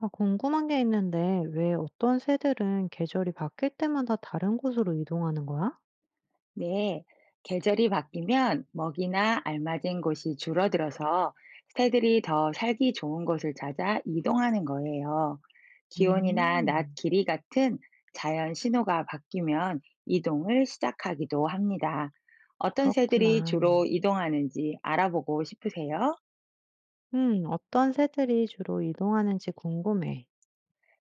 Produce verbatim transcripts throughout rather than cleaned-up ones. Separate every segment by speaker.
Speaker 1: 아, 궁금한 게 있는데, 왜 어떤 새들은 계절이 바뀔 때마다 다른 곳으로 이동하는 거야?
Speaker 2: 네, 계절이 바뀌면 먹이나 알맞은 곳이 줄어들어서 새들이 더 살기 좋은 곳을 찾아 이동하는 거예요. 기온이나 낮
Speaker 1: 음,
Speaker 2: 길이 같은 자연 신호가 바뀌면 이동을 시작하기도 합니다. 어떤 새들이
Speaker 1: 그렇구나.
Speaker 2: 주로 이동하는지 알아보고 싶으세요?
Speaker 1: 음, 어떤 새들이 주로 이동하는지 궁금해.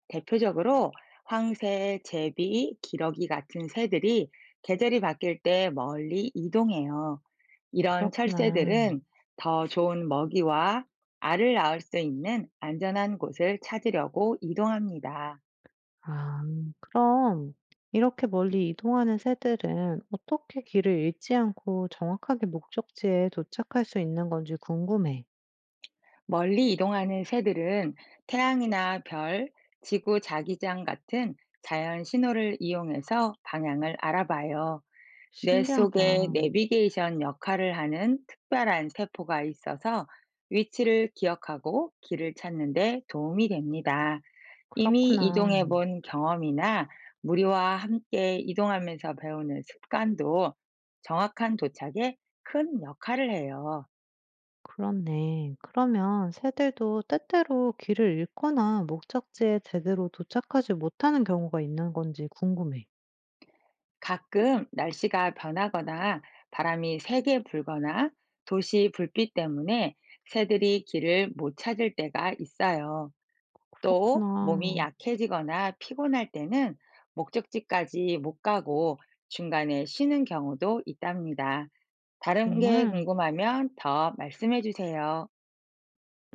Speaker 2: 대표적으로 황새, 제비, 기러기 같은 새들이 계절이 바뀔 때 멀리 이동해요. 이런
Speaker 1: 그렇구나.
Speaker 2: 철새들은 더 좋은 먹이와 알을 낳을 수 있는 안전한 곳을 찾으려고 이동합니다.
Speaker 1: 아, 그럼 이렇게 멀리 이동하는 새들은 어떻게 길을 잃지 않고 정확하게 목적지에 도착할 수 있는 건지 궁금해.
Speaker 2: 멀리 이동하는 새들은 태양이나 별, 지구 자기장 같은 자연 신호를 이용해서 방향을 알아봐요. 뇌
Speaker 1: 신기하다.
Speaker 2: 속에 내비게이션 역할을 하는 특별한 세포가 있어서 위치를 기억하고 길을 찾는 데 도움이 됩니다. 이미
Speaker 1: 그렇구나.
Speaker 2: 이동해 본 경험이나 무리와 함께 이동하면서 배우는 습관도 정확한 도착에 큰 역할을 해요.
Speaker 1: 그렇네. 그러면 새들도 때때로 길을 잃거나 목적지에 제대로 도착하지 못하는 경우가 있는 건지 궁금해.
Speaker 2: 가끔 날씨가 변하거나 바람이 세게 불거나 도시 불빛 때문에 새들이 길을 못 찾을 때가 있어요. 또 몸이
Speaker 1: 그렇구나.
Speaker 2: 약해지거나 피곤할 때는 목적지까지 못 가고 중간에 쉬는 경우도 있답니다. 다른 게
Speaker 1: 정말.
Speaker 2: 궁금하면 더 말씀해 주세요.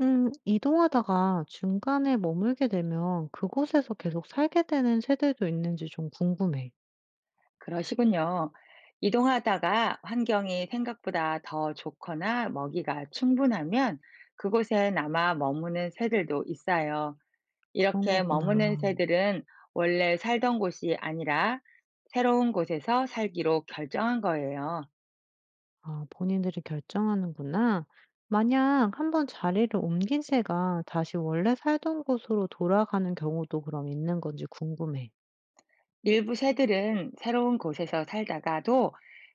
Speaker 1: 음, 이동하다가 중간에 머물게 되면 그곳에서 계속 살게 되는 새들도 있는지 좀 궁금해.
Speaker 2: 그러시군요. 이동하다가 환경이 생각보다 더 좋거나 먹이가 충분하면 그곳에 남아 머무는 새들도 있어요.
Speaker 1: 그런
Speaker 2: 이렇게 머무는
Speaker 1: 거구나.
Speaker 2: 새들은 원래 살던 곳이 아니라 새로운 곳에서 살기로 결정한 거예요.
Speaker 1: 아, 본인들이 결정하는구나. 만약 한 번 자리를 옮긴 새가 다시 원래 살던 곳으로 돌아가는 경우도 그럼 있는 건지 궁금해.
Speaker 2: 일부 새들은 새로운 곳에서 살다가도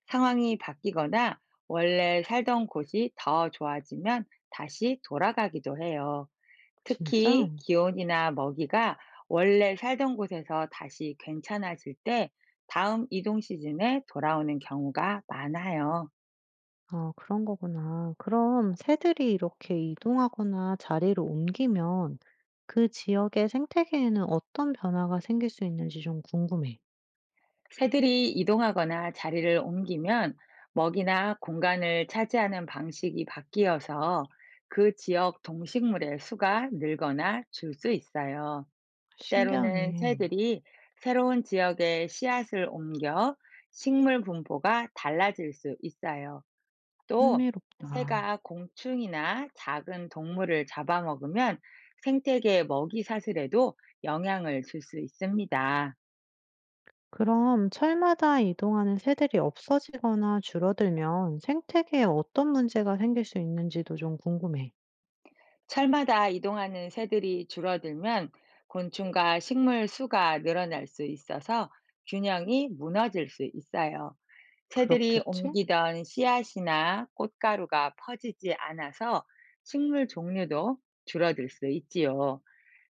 Speaker 2: 상황이 바뀌거나 원래 살던 곳이 더 좋아지면 다시 돌아가기도 해요.
Speaker 1: 진짜?
Speaker 2: 특히 기온이나 먹이가 원래 살던 곳에서 다시 괜찮아질 때 다음 이동 시즌에 돌아오는 경우가 많아요.
Speaker 1: 아 그런 거구나. 그럼 새들이 이렇게 이동하거나 자리를 옮기면 그 지역의 생태계에는 어떤 변화가 생길 수 있는지 좀 궁금해.
Speaker 2: 새들이 이동하거나 자리를 옮기면 먹이나 공간을 차지하는 방식이 바뀌어서 그 지역 동식물의 수가 늘거나 줄 수 있어요. 때로는
Speaker 1: 신기하네.
Speaker 2: 새들이 새로운 지역에 씨앗을 옮겨 식물 분포가 달라질 수 있어요. 또
Speaker 1: 흥미롭다.
Speaker 2: 새가 공충이나 작은 동물을 잡아먹으면 생태계 먹이 사슬에도 영향을 줄 수 있습니다.
Speaker 1: 그럼 철마다 이동하는 새들이 없어지거나 줄어들면 생태계에 어떤 문제가 생길 수 있는지도 좀 궁금해.
Speaker 2: 철마다 이동하는 새들이 줄어들면 곤충과 식물 수가 늘어날 수 있어서 균형이 무너질 수 있어요. 새들이
Speaker 1: 그렇겠지?
Speaker 2: 옮기던 씨앗이나 꽃가루가 퍼지지 않아서 식물 종류도 줄어들 수 있지요.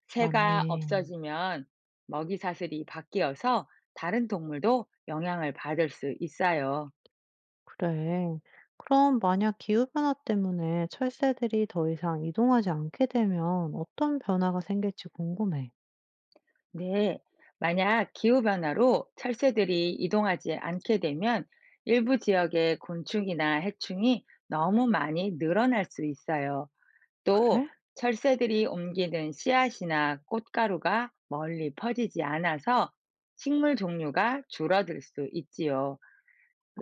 Speaker 2: 새가
Speaker 1: 맞네.
Speaker 2: 없어지면 먹이 사슬이 바뀌어서 다른 동물도 영향을 받을 수 있어요.
Speaker 1: 그래. 그럼 만약 기후변화 때문에 철새들이 더 이상 이동하지 않게 되면 어떤 변화가 생길지 궁금해.
Speaker 2: 네, 만약 기후변화로 철새들이 이동하지 않게 되면 일부 지역의 곤충이나 해충이 너무 많이 늘어날 수 있어요. 또
Speaker 1: 그래?
Speaker 2: 철새들이 옮기는 씨앗이나 꽃가루가 멀리 퍼지지 않아서 식물 종류가 줄어들 수 있지요.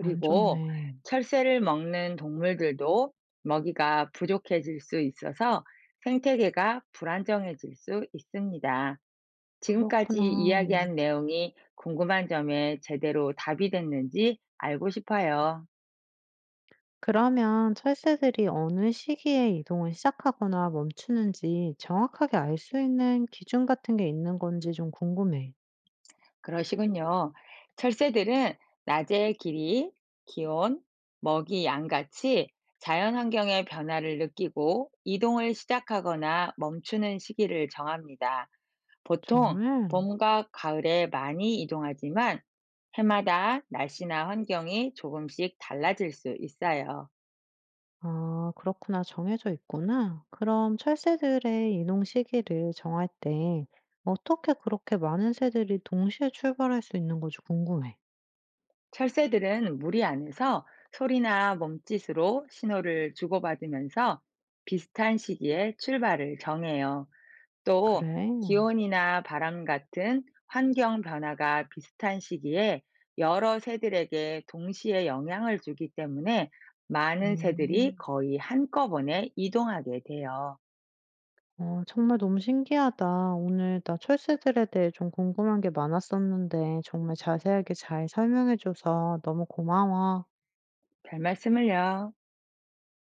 Speaker 1: 안 좋네.
Speaker 2: 철새를 먹는 동물들도 먹이가 부족해질 수 있어서 생태계가 불안정해질 수 있습니다. 지금까지
Speaker 1: 그렇구나.
Speaker 2: 이야기한 내용이 궁금한 점에 제대로 답이 됐는지 알고 싶어요.
Speaker 1: 그러면 철새들이 어느 시기에 이동을 시작하거나 멈추는지 정확하게 알 수 있는 기준 같은 게 있는 건지 좀 궁금해.
Speaker 2: 그러시군요. 철새들은 낮의 길이, 기온, 먹이 양같이 자연 환경의 변화를 느끼고 이동을 시작하거나 멈추는 시기를 정합니다. 보통
Speaker 1: 정말?
Speaker 2: 봄과 가을에 많이 이동하지만 해마다 날씨나 환경이 조금씩 달라질 수 있어요.
Speaker 1: 아, 그렇구나. 정해져 있구나. 그럼 철새들의 이동 시기를 정할 때 어떻게 그렇게 많은 새들이 동시에 출발할 수 있는 건지 궁금해.
Speaker 2: 철새들은 무리 안에서 소리나 몸짓으로 신호를 주고받으면서 비슷한 시기에 출발을 정해요. 또
Speaker 1: 그래?
Speaker 2: 기온이나 바람 같은 환경 변화가 비슷한 시기에 여러 새들에게 동시에 영향을 주기 때문에 많은 새들이
Speaker 1: 음,
Speaker 2: 거의 한꺼번에 이동하게 돼요.
Speaker 1: 어, 정말 너무 신기하다. 오늘 나 철새들에 대해 좀 궁금한 게 많았었는데 정말 자세하게 잘 설명해줘서 너무 고마워.
Speaker 2: 별 말씀을요.